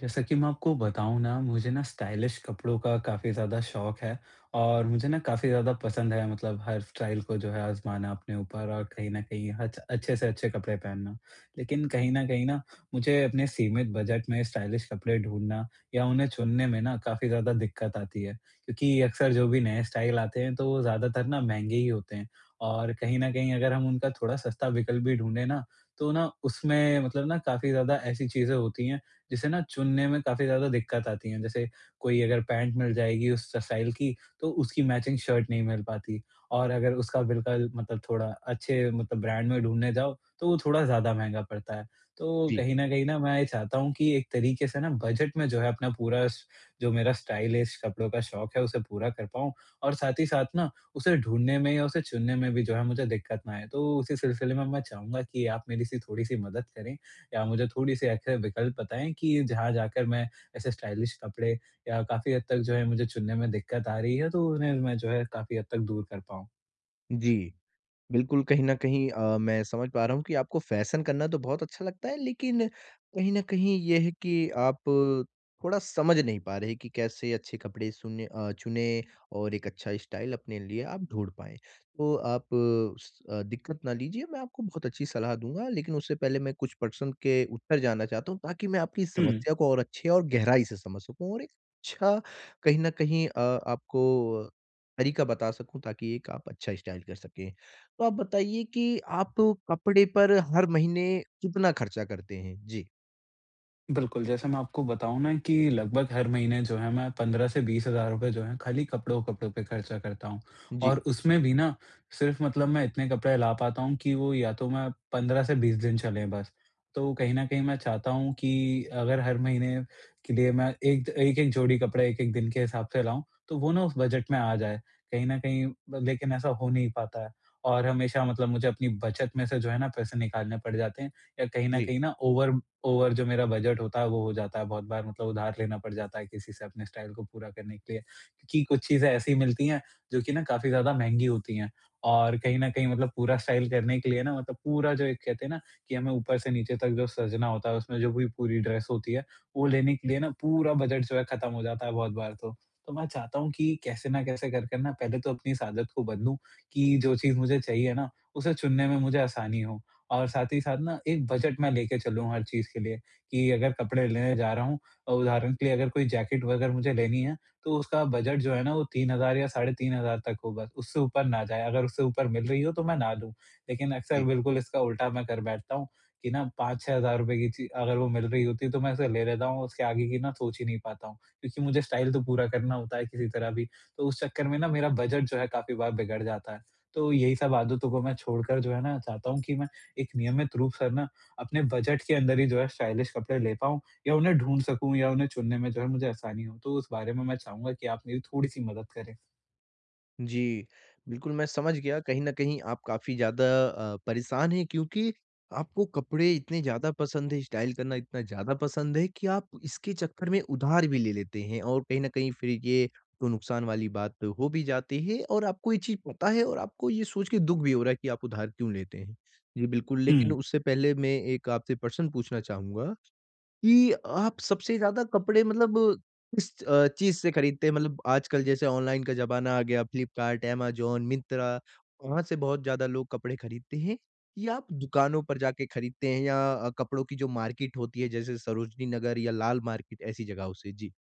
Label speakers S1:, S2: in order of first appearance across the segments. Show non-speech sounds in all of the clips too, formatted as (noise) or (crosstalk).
S1: जैसा कि मैं आपको बताऊँ ना, मुझे ना स्टाइलिश कपड़ों का काफ़ी ज़्यादा शौक है। और मुझे ना काफ़ी ज़्यादा पसंद है मतलब हर स्टाइल को जो है आज़माना अपने ऊपर और कहीं न कहीं हच अच्छे से अच्छे कपड़े पहनना। लेकिन कहीं न कहीं ना मुझे अपने सीमित बजट में स्टाइलिश कपड़े ढूँढना या उन्हें चुनने में ना काफ़ी ज़्यादा दिक्कत आती है। क्योंकि अक्सर जो भी नए स्टाइल आते हैं तो वो ज़्यादातर ना महँगे ही होते हैं। और कहीं न कहीं अगर हम उनका थोड़ा सस्ता विकल्प भी ढूँढे ना, तो ना उसमें मतलब ना काफ़ी ज़्यादा ऐसी चीज़ें होती हैं जिसे ना चुनने में काफ़ी ज़्यादा दिक्कत आती है। जैसे कोई अगर पैंट मिल जाएगी उस स्टाइल की, तो उसकी मैचिंग शर्ट नहीं मिल पाती और अगर उसका बिल्कुल मतलब थोड़ा अच्छे मतलब ब्रांड में ढूँढने जाओ, तो वो थोड़ा ज़्यादा महँगा पड़ता है। तो
S2: जी,
S1: कहीं न कहीं ना मैं ये चाहता हूँ कि एक तरीके से ना बजट में जो है अपना पूरा स जो मेरा स्टाइलिश कपड़ों का शौक है उसे पूरा कर पाऊँ और साथ ही साथ ना उसे ढूँढने में या उसे चुनने में भी जो है मुझे दिक्कत ना आए। तो उसी सिलसिले में मैं चाहूँगा कि आप मेरी सी थोड़ी-सी मदद करें। या मुझे थोड़ी-सी ऐसे विकल्प बताएँ कि जहाँ जाकर मैं ऐसे स्टाइलिश कपड़े या काफ़ी हद तक जो है मुझे चुनने में दिक्कत आ रही है, तो उन्हें मैं जो है काफ़ी हद तक दूर कर पाऊँ?
S2: जी। बिल्कुल, कहीं न कहीं मैं समझ पा रहा हूँ कि आपको फ़ैशन करना तो बहुत अच्छा लगता है, लेकिन कहीं न कहीं ये है कि आप थोड़ा समझ नहीं पा रहे कि कैसे अच्छे कपड़े चुनें और एक अच्छा स्टाइल अपने लिए आप ढूँढ पाएँ। तो आप दिक्कत ना लीजिए, मैं आपको बहुत अच्छी सलाह दूँगा, लेकिन उससे पहले मैं कुछ प्रश्न के उत्तर जानना चाहता हूँ ताकि मैं आपकी
S1: हुँ।
S2: समस्या को और अच्छे और गहराई से समझ सकूँ और एक अच्छा कहीं न कहीं आपको तरीका बता सकूँ ताकि एक आप अच्छा स्टाइल कर सकें। तो आप बताइए कि आप कपड़े पर हर महीने कितना खर्चा करते हैं? जी,
S1: बिल्कुल, जैसे मैं आपको बताऊँ ना कि लगभग हर महीने जो है मैं 15 से ₹20,000 जो है खाली कपड़ों-कपड़ों पे खर्चा करता हूँ।
S2: जी,
S1: और उसमें भी ना सिर्फ़ मतलब मैं इतने कपड़े ला पाता हूँ कि वो या तो मैं 15 से 20 दिन चलें बस। तो कहीं न कहीं मैं चाहता हूँ कि अगर हर महीने के लिए मैं एक एक-एक जोड़ी कपड़े एक-एक दिन के हिसाब से लाऊँ, तो वो ना उस बजट में आ जाए। कहीं न कहीं ब लेकिन ऐसा हो नहीं पाता है। और हमेशा मतलब मुझे अपनी बचत में से जो है ना पैसे निकालने पड़ जाते हैं या कहीं न
S2: जी,
S1: कहीं ना ओवर ओवर जो मेरा बजट होता है वो हो जाता है, बहुत बार मतलब उधार लेना पड़ जाता है किसी से अपने स्टाइल को पूरा करने के लिए। क्योंकि कुछ चीज़ें ऐसी मिलती हैं जो कि ना काफ़ी ज़्यादा महँगी होती हैं और कहीं न कहीं मतलब पूरा स्टाइल करने के लिए ना मतलब पूरा जो एक कहते हैं ना कि हमें ऊपर से नीचे तक जो सजना होता है उसमें जो भी पूरी ड्रेस होती है, वो लेने के लिए ना पूरा बजट जो है खत्म हो जाता है बहुत बार तो। तो मैं चाहता हूँ कि कैसे ना कैसे कर कर ना पहले तो अपनी इस आदत को बदलूँ कि जो चीज़ मुझे चाहिए ना, उसे चुनने में मुझे आसानी हो। और साथ ही साथ ना एक बजट मैं लेके चलूँ हर चीज़ के लिए कि अगर कपड़े लेने जा रहा हूँ उदाहरण के लिए अगर कोई जैकेट वगैरह मुझे लेनी है, तो उसका बजट जो है ना वो 3000 या साढ़े 3000 तक हो बस, उससे ऊपर ना जाए। अगर उससे ऊपर मिल रही हो तो मैं ना लूँ। लेकिन अक्सर
S2: जी,
S1: बिल्कुल इसका उल्टा मैं कर बैठता हूँ कि ना 5-6000 रुपए की ची अगर वो मिल रही होती है तो मैं उसे ले लेता हूँ, उसके आगे की ना सोच ही नहीं पाता हूँ। क्योंकि मुझे स्टाइल तो पूरा करना होता है किसी तरह भी, तो उस चक्कर में ना मेरा बजट जो है काफ़ी बार बिगड़ जाता है। तो यही सब आदतों को मैं छोड़कर जो है ना चाहता हूँ कि मैं एक नियमित रूप से ना अपने बजट के अंदर ही जो है स्टाइलिश कपड़े ले पाऊँ या उन्हें ढूँढ सकूँ या उन्हें चुनने में जो है मुझे आसानी हो। तो उस बारे में मैं चाहूँगा कि आप मेरी थोड़ी-सी मदद करें।
S2: जी। बिल्कुल, मैं समझ गया कहीं न कहीं आप काफ़ी ज़्यादा परेशान हैं क्योंकि आपको कपड़े इतने ज़्यादा पसंद है, स्टाइल करना इतना ज़्यादा पसंद है कि आप इसके चक्कर में उधार भी ले लेते हैं और कहीं न कहीं फिर ये तो नुकसान वाली बात हो भी जाती है और आपको ये चीज़ पता है और आपको ये सोच के दुःख भी हो रहा है कि आप उधार क्यों लेते हैं। जी, बिल्कुल, लेकिन उससे पहले मैं एक आपसे प्रश्न पूछना चाहूँगा कि आप सबसे ज़्यादा कपड़े मतलब किस चीज़ से खरीदते हैं? मतलब आजकल जैसे ऑनलाइन का ज़माना आ गया, फ्लिपकार्ट, अमेज़न, मिंत्रा, वहाँ से बहुत ज़्यादा लोग कपड़े खरीदते हैं या आप दुकानों पर जाके खरीदते हैं या कपड़ों की जो मार्केट होती है जैसे सरोजनी नगर या लाल मार्केट ऐसी जगहों से? जी,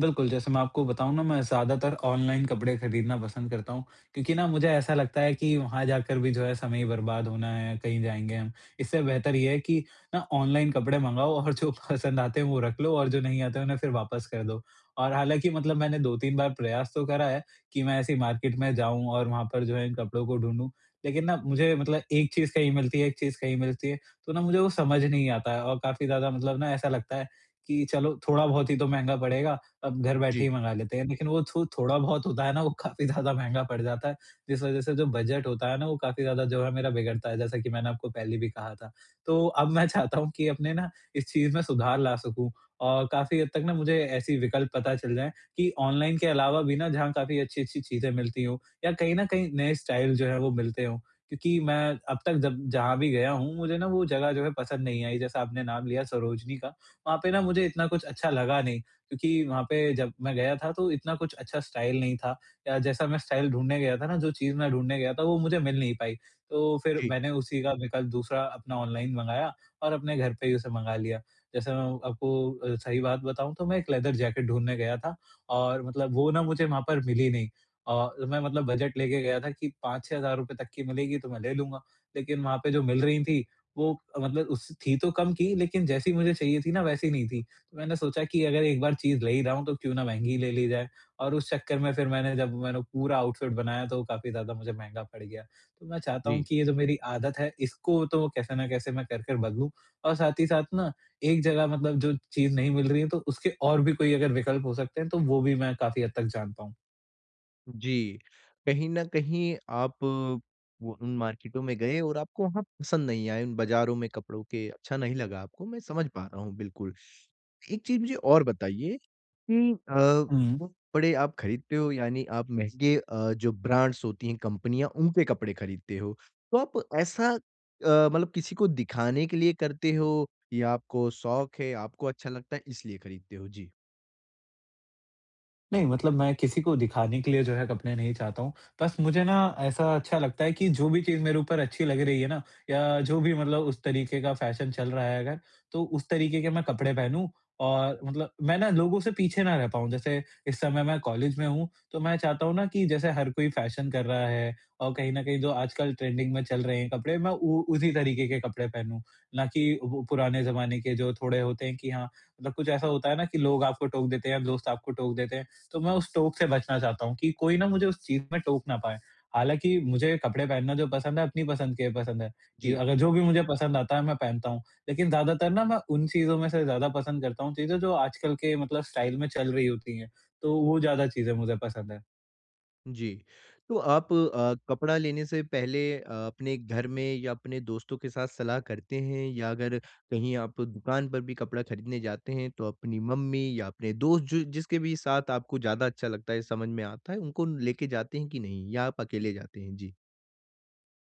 S1: बिल्कुल, जैसे मैं आपको बताऊँ ना मैं ज़्यादातर ऑनलाइन कपड़े खरीदना पसंद करता हूँ, क्योंकि ना मुझे ऐसा लगता है कि वहाँ जाकर भी जो है समय ही बर्बाद होना है, कहीं जाएँगे हम। इससे बेहतर ये है कि ना ऑनलाइन कपड़े मँगाओ और जो (laughs) पसंद आते हैं वो रख लो और जो नहीं आते हैं उन्हें फिर वापस कर दो। और हालाँकि मतलब मैंने 2-3 बार प्रयास तो करा है कि मैं ऐसी मार्केट में जाऊँ और वहाँ पर जो है इन कपड़ों को ढूँढूँ, लेकिन ना मुझे मतलब एक चीज़ कहीं मिलती है, एक चीज़ कहीं मिलती है, तो ना मुझे वो समझ नहीं आता है और काफ़ी ज़्यादा मतलब ना ऐसा लगता है कि चलो थोड़ा बहुत ही तो महँगा पड़ेगा अब घर बैठे
S2: जी,
S1: ही मंगा लेते हैं। लेकिन वो थो थोड़ा बहुत होता है ना, वो काफ़ी ज़्यादा महँगा पड़ जाता है, जिस वज़ह से जो बजट होता है ना, वो काफ़ी ज़्यादा जो है मेरा बिगड़ता है, जैसा कि मैंने आपको पहले भी कहा था। तो अब मैं चाहता हूँ कि अपने ना इस चीज़ में सुधार ला सकूँ और काफ़ी हद तक ना मुझे ऐसी विकल्प पता चल जाएँ कि ऑनलाइन के अलावा भी ना जहाँ काफ़ी अच्छी-अच्छी चीज़ें मिलती हों या कहीं न कहीं नए स्टाइल जो है वो मिलते हों। क्योंकि मैं अब तक जब जहाँ भी गया हूँ, मुझे ना वो जगह जो है पसंद नहीं आई, जैसा आपने नाम लिया सरोजनी का, वहाँ पे ना मुझे इतना कुछ अच्छा लगा नहीं। क्योंकि वहाँ पे जब मैं गया था तो इतना कुछ अच्छा स्टाइल नहीं था या जैसा मैं स्टाइल ढूँढने गया था ना, जो चीज़ मैं ढूँढने गया था वो मुझे मिल नहीं पाई। तो फिर
S2: जी,
S1: मैंने उसी का विकल्प दूसरा अपना ऑनलाइन मँगाया और अपने घर पे ही उसे मँगा लिया। जैसे मैं आपको सही बात बताऊँ तो मैं एक लेदर जैकेट ढूँढने गया था और मतलब वो ना मुझे वहाँ पर मिली नहीं। और मैं मतलब बजट लेके गया था कि 5-6 हज़ार रुपए तक की मिलेगी तो मैं ले लूँगा। लेकिन वहाँ पे जो मिल रही थी वो मतलब उस थी तो कम की लेकिन जैसी मुझे चाहिए थी ना वैसी नहीं थी। मैंने सोचा कि अगर एक बार चीज़ ले ही रहा हूँ तो क्यों ना महँगी ले ली जाए और उस चक्कर में फिर मैंने जब मैंने पूरा आउटफिट बनाया तो वो काफ़ी ज़्यादा मुझे महँगा पड़ गया। तो मैं चाहता हूँ
S2: जी,
S1: कि ये जो मेरी आदत है इसको तो कैसे न कैसे मैं कर कर बदलूँ और साथ ही साथ ना एक जगह मतलब जो चीज़ नहीं मिल रही है तो उसके और भी कोई अगर विकल्प हो सकते हैं तो वो भी मैं काफ़ी हद तक जान पाऊँ।
S2: जी। कहीं न कहीं आप वो उन मार्केटों में गए और आपको वहाँ पसंद नहीं आए, उन बाज़ारों में कपड़ों के अच्छा नहीं लगा आपको, मैं समझ पा रहा हूँ बिल्कुल। एक चीज़ मुझे और बताइए कि
S1: हुँ।
S2: वो कपड़े आप खरीदते हो यानी आप महँगे जो ब्रांड्स होती हैं, कंपनियाँ उनके कपड़े खरीदते हो। तो आप ऐसा मतलब किसी को दिखाने के लिए करते हो या आपको शौक है, आपको अच्छा लगता है इसलिए खरीदते हो? जी।
S1: नहीं, मतलब मैं किसी को दिखाने के लिए जो है कपड़े नहीं चाहता हूँ। बस मुझे ना ऐसा अच्छा लगता है कि जो भी चीज़ मेरे ऊपर अच्छी लग रही है ना या जो भी मतलब उस तरीके का फैशन चल रहा है अगर, तो उस तरीके के मैं कपड़े पहनूँ और मतलब मैं ना लोगों से पीछे ना रह पाऊँ। जैसे इस समय मैं कॉलेज में हूँ, तो मैं चाहता हूँ ना कि जैसे हर कोई फैशन कर रहा है और कहीं न कहीं जो आजकल ट्रेंडिंग में चल रहे हैं कपड़े, मैं उ उसी तरीके के कपड़े पहनूँ। ना कि वो पुराने ज़माने के जो थोड़े होते हैं कि हाँ, मतलब कुछ ऐसा होता है ना कि लोग आपको टोक देते हैं, दोस्त आपको टोक देते हैं। तो मैं उस टोक से बचना चाहता हूँ कि कोई ना मुझे उस चीज़ में टोक ना पाए। हालाँकि मुझे कपड़े पहनना जो पसंद है, अपनी पसंद के पसंद है कि
S2: जी।
S1: अगर जो भी मुझे पसंद आता है मैं पहनता हूँ। लेकिन ज़्यादातर ना मैं उन चीज़ों में से ज़्यादा पसंद करता हूँ चीज़ें जो आजकल के मतलब स्टाइल में चल रही होती हैं, तो वो ज़्यादा चीज़ें मुझे पसंद है।
S2: जी। तो आप कपड़ा लेने से पहले अपने घर में या अपने दोस्तों के साथ सलाह करते हैं या अगर कहीं आप दुकान पर भी कपड़ा खरीदने जाते हैं तो अपनी मम्मी या अपने दोस्त जो जिसके भी साथ आपको ज़्यादा अच्छा लगता है, समझ में आता है, उनको लेके जाते हैं कि नहीं या आप अकेले जाते हैं? जी।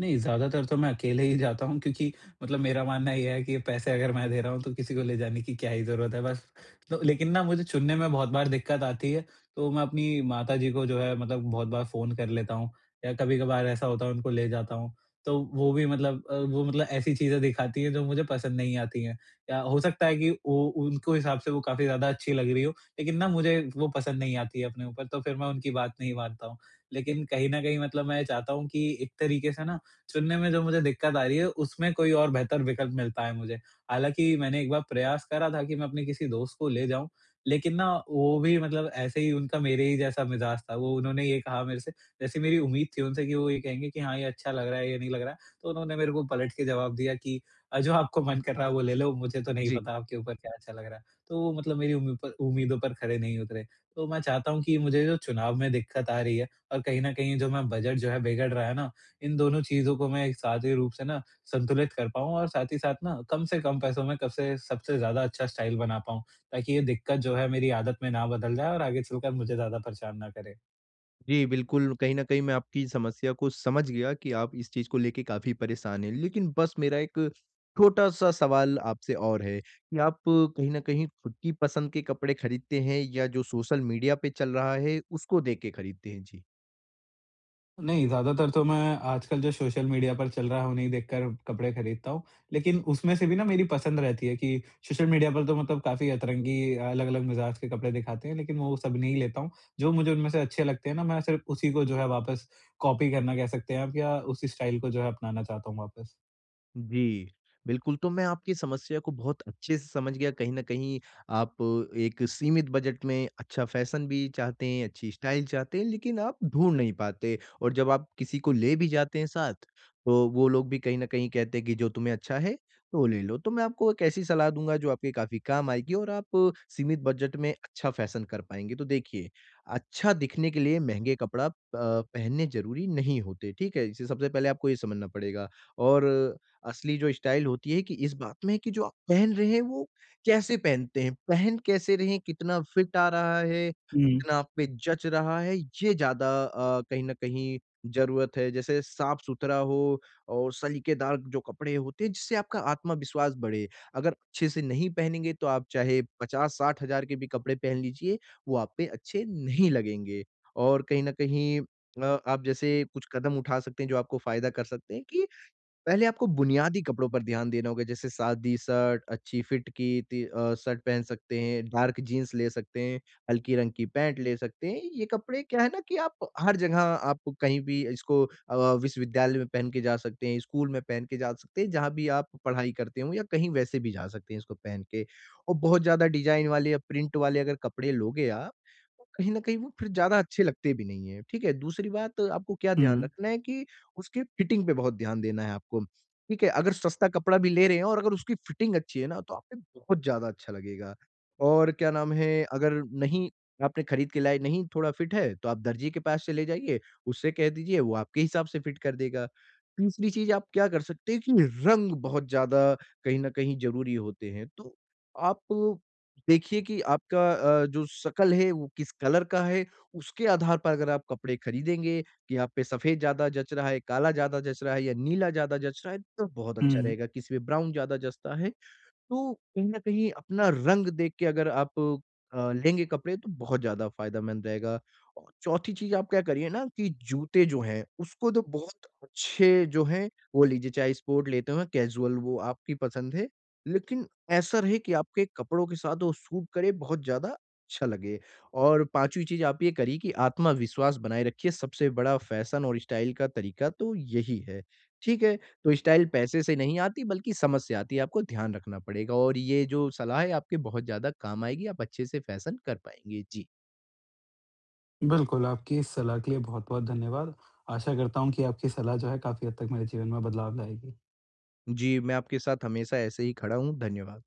S1: नहीं, ज़्यादातर तो मैं अकेले ही जाता हूँ क्योंकि मतलब मेरा मानना ये है कि पैसे अगर मैं दे रहा हूँ तो किसी को ले जाने की क्या ही ज़रूरत है बस। तो लेकिन ना मुझे चुनने में बहुत बार दिक्कत आती है, तो मैं अपनी माताजी को जो है मतलब बहुत बार फ़ोन कर लेता हूँ या कभी-कभार ऐसा होता है उनको ले जाता हूँ। तो वो भी मतलब वो मतलब ऐसी चीज़ें दिखाती हैं जो मुझे पसंद नहीं आती हैं या हो सकता है कि वो उनको हिसाब से वो काफ़ी ज़्यादा अच्छी लग रही हो, लेकिन ना मुझे वो पसंद नहीं आती है अपने ऊपर तो फिर मैं उनकी बात नहीं मानता हूँ। लेकिन कहीं न कहीं मतलब मैं चाहता हूँ कि एक तरीके से ना चुनने में जो मुझे दिक्कत आ रही है, उसमें कोई और बेहतर विकल्प मिलता है मुझे। हालाँकि मैंने एक बार प्रयास करा था कि मैं अपने किसी दोस्त को ले जाऊँ, लेकिन ना वो भी मतलब ऐसे ही उनका मेरे ही जैसा मिज़ाज था। वो उन्होंने ये कहा मेरे से जैसे मेरी उम्मीद थी उनसे कि वो ये कहेंगे कि हाँ, ये अच्छा लग रहा है, ये नहीं लग रहा है। तो उन्होंने मेरे को पलट के जवाब दिया कि जो आपको मन कर रहा है वो ले लो, मुझे तो नहीं
S2: जी।
S1: पता आपके ऊपर क्या अच्छा लग रहा है। तो वो मतलब मेरी उम्मीदों पर खरे नहीं उतरे। तो मैं चाहता हूँ कि मुझे जो चुनाव में दिक्कत आ रही है और कहीं न कहीं जो मैं बजट जो है बिगड़ रहा है ना, इन दोनों चीज़ों को मैं एक साथ ही रूप से ना संतुलित कर पाऊँ और साथ ही साथ ना कम से कम पैसों में कब से सबसे ज़्यादा अच्छा स्टाइल बना पाऊँ, ताकि ये दिक्कत जो है मेरी आदत में ना बदल जाए और आगे चलकर मुझे ज़्यादा परेशान ना करे।
S2: जी, बिल्कुल, कहीं न कहीं मैं आपकी समस्या को समझ गया कि आप इस चीज़ को लेके काफ़ी परेशान हैं। लेकिन बस मेरा एक छोटा-सा सवाल आपसे और है कि आप कहीं न कहीं खुद की पसंद के कपड़े खरीदते हैं या जो सोशल मीडिया पे चल रहा है, उसको देख के खरीदते हैं? जी।
S1: नहीं, ज़्यादातर तो मैं आजकल जो सोशल मीडिया पर चल रहा है, उन्हें ही देखकर कपड़े खरीदता हूँ। लेकिन उसमें से भी ना मेरी पसंद रहती है कि सोशल मीडिया पर तो मतलब काफ़ी अतरंगी अलग-अलग मिज़ाज के कपड़े दिखाते हैं, लेकिन वो सब नहीं लेता हूँ। जो मुझे उनमें से अच्छे लगते हैं ना, मैं सिर्फ़ उसी को जो है वापस कॉपी करना कह सकते हैं आप या उसी स्टाइल को जो है अपनाना चाहता हूँ वापस।
S2: जी, बिल्कुल, तो मैं आपकी समस्या को बहुत अच्छे से समझ गया, कहीं न कहीं आप एक सीमित बजट में अच्छा फ़ैशन भी चाहते हैं, अच्छी स्टाइल चाहते हैं, लेकिन आप ढूँढ नहीं पाते और जब आप किसी को ले भी जाते हैं साथ, तो वो लोग भी कहीं न कहीं कहते हैं कि जो तुम्हें अच्छा है, तो ले लो। तो मैं आपको एक ऐसी सलाह दूँगा जो आपके काफ़ी काम आएगी और आप सीमित बजट में अच्छा फ़ैशन कर पाएँगे। तो देखिए, अच्छा दिखने के लिए महँगे कपड़ा पहनने ज़रूरी नहीं होते, ठीक है? इसे सबसे पहले आपको ये समझना पड़ेगा और असली जो स्टाइल होती है कि इस बात में है कि जो आप पहन रहे हैं वो कैसे पहनते हैं? पहन कैसे रहे हैं? कितना फिट आ रहा है?
S1: हुँ,
S2: कितना आप पे जच रहा है? ये ज़्यादा कहीं न कहीं ज़रूरत है। जैसे साफ-सुथरा हो और सलीकेदार जो कपड़े होते हैं जिससे आपका आत्मविश्वास बढ़े। अगर अच्छे से नहीं पहनेंगे तो आप चाहे 50-60 हज़ार के भी कपड़े पहन लीजिए, वो आप पे अच्छे नहीं लगेंगे। और कहीं न कहीं आप जैसे कुछ कदम उठा सकते हैं जो आपको फ़ायदा कर सकते हैं कि पहले आपको बुनियादी कपड़ों पर ध्यान देना होगा, जैसे सादी शर्ट, अच्छी फिट की शर्ट पहन सकते हैं, डार्क जीन्स ले सकते हैं, हल्की रंग की पैंट ले सकते हैं। ये कपड़े क्या है ना कि आप हर जगह आप कहीं भी इसको अ, विश्वविद्यालय में पहन के जा सकते हैं, स्कूल में पहन के जा सकते हैं, जहाँ भी आप पढ़ाई करते हो या कहीं वैसे भी जा सकते हैं इसको पहन के। और बहुत ज़्यादा डिज़ाइन वाले या प्रिंट वाले अगर कपड़े लोगे आप, तो कहीं न कहीं वो फिर ज़्यादा अच्छे लगते भी नहीं हैं, ठीक है? दूसरी बात आपको क्या ध्यान
S1: हुँ,
S2: रखना है कि उसके फिटिंग पे बहुत ध्यान देना है आपको, ठीक है? अगर सस्ता कपड़ा भी ले रहे हैं और अगर उसकी फिटिंग अच्छी है ना, तो आपको बहुत ज़्यादा अच्छा लगेगा। और क्या नाम है, अगर नहीं आपने खरीद के लाए, नहीं थोड़ा फिट है, तो आप दर्जी के पास चले जाइए, उससे कह दीजिए वो आपके हिसाब से फिट कर देगा। तीसरी चीज़ आप क्या कर सकते हैं कि रंग बहुत ज़्यादा कहीं न कहीं ज़रूरी होते हैं, तो आप देखिए कि आपका जो शकल है वो किस कलर का है, उसके आधार पर अगर आप कपड़े खरीदेंगे कि आप पे सफ़ेद ज़्यादा जच रहा है, काला ज़्यादा जच रहा है या नीला ज़्यादा जच रहा है, तो बहुत अच्छा
S1: हुँ।
S2: रहेगा। किसी पे ब्राउन ज़्यादा जचता है, तो कहीं न कहीं अपना रंग देख के अगर आप लेंगे कपड़े तो बहुत ज़्यादा फ़ायदेमंद रहेगा। और चौथी चीज़ आप क्या करिए ना कि जूते जो हैं उसको तो बहुत अच्छे जो हैं वो लीजिए चाहे स्पोर्ट लेते हो या कैज़ुअल वो आपकी पसंद है। लेकिन ऐसा रहे कि आपके कपड़ों के साथ वो सूट करे बहुत ज़्यादा अच्छा लगे। और पाँचवीं चीज़ आप ये करिए कि आत्मविश्वास बनाए रखिए सबसे बड़ा फ़ैशन और स्टाइल का तरीका तो यही है। ठीक है? तो स्टाइल पैसे से नहीं आती बल्कि समझ से आती है, आपको ध्यान रखना पड़ेगा और ये जो सलाह है आपके बहुत ज़्यादा काम आएगी, आप अच्छे से फैशन कर पाएँगे। जी।
S1: बिल्कुल, आपकी इस सलाह के लिए बहुत-बहुत धन्यवाद। आशा करता हूँ कि आपकी सलाह जो है काफ़ी हद तक मेरे जीवन में बदलाव लाएगी।
S2: जी, मैं आपके साथ हमेशा ऐसे ही खड़ा हूँ, धन्यवाद।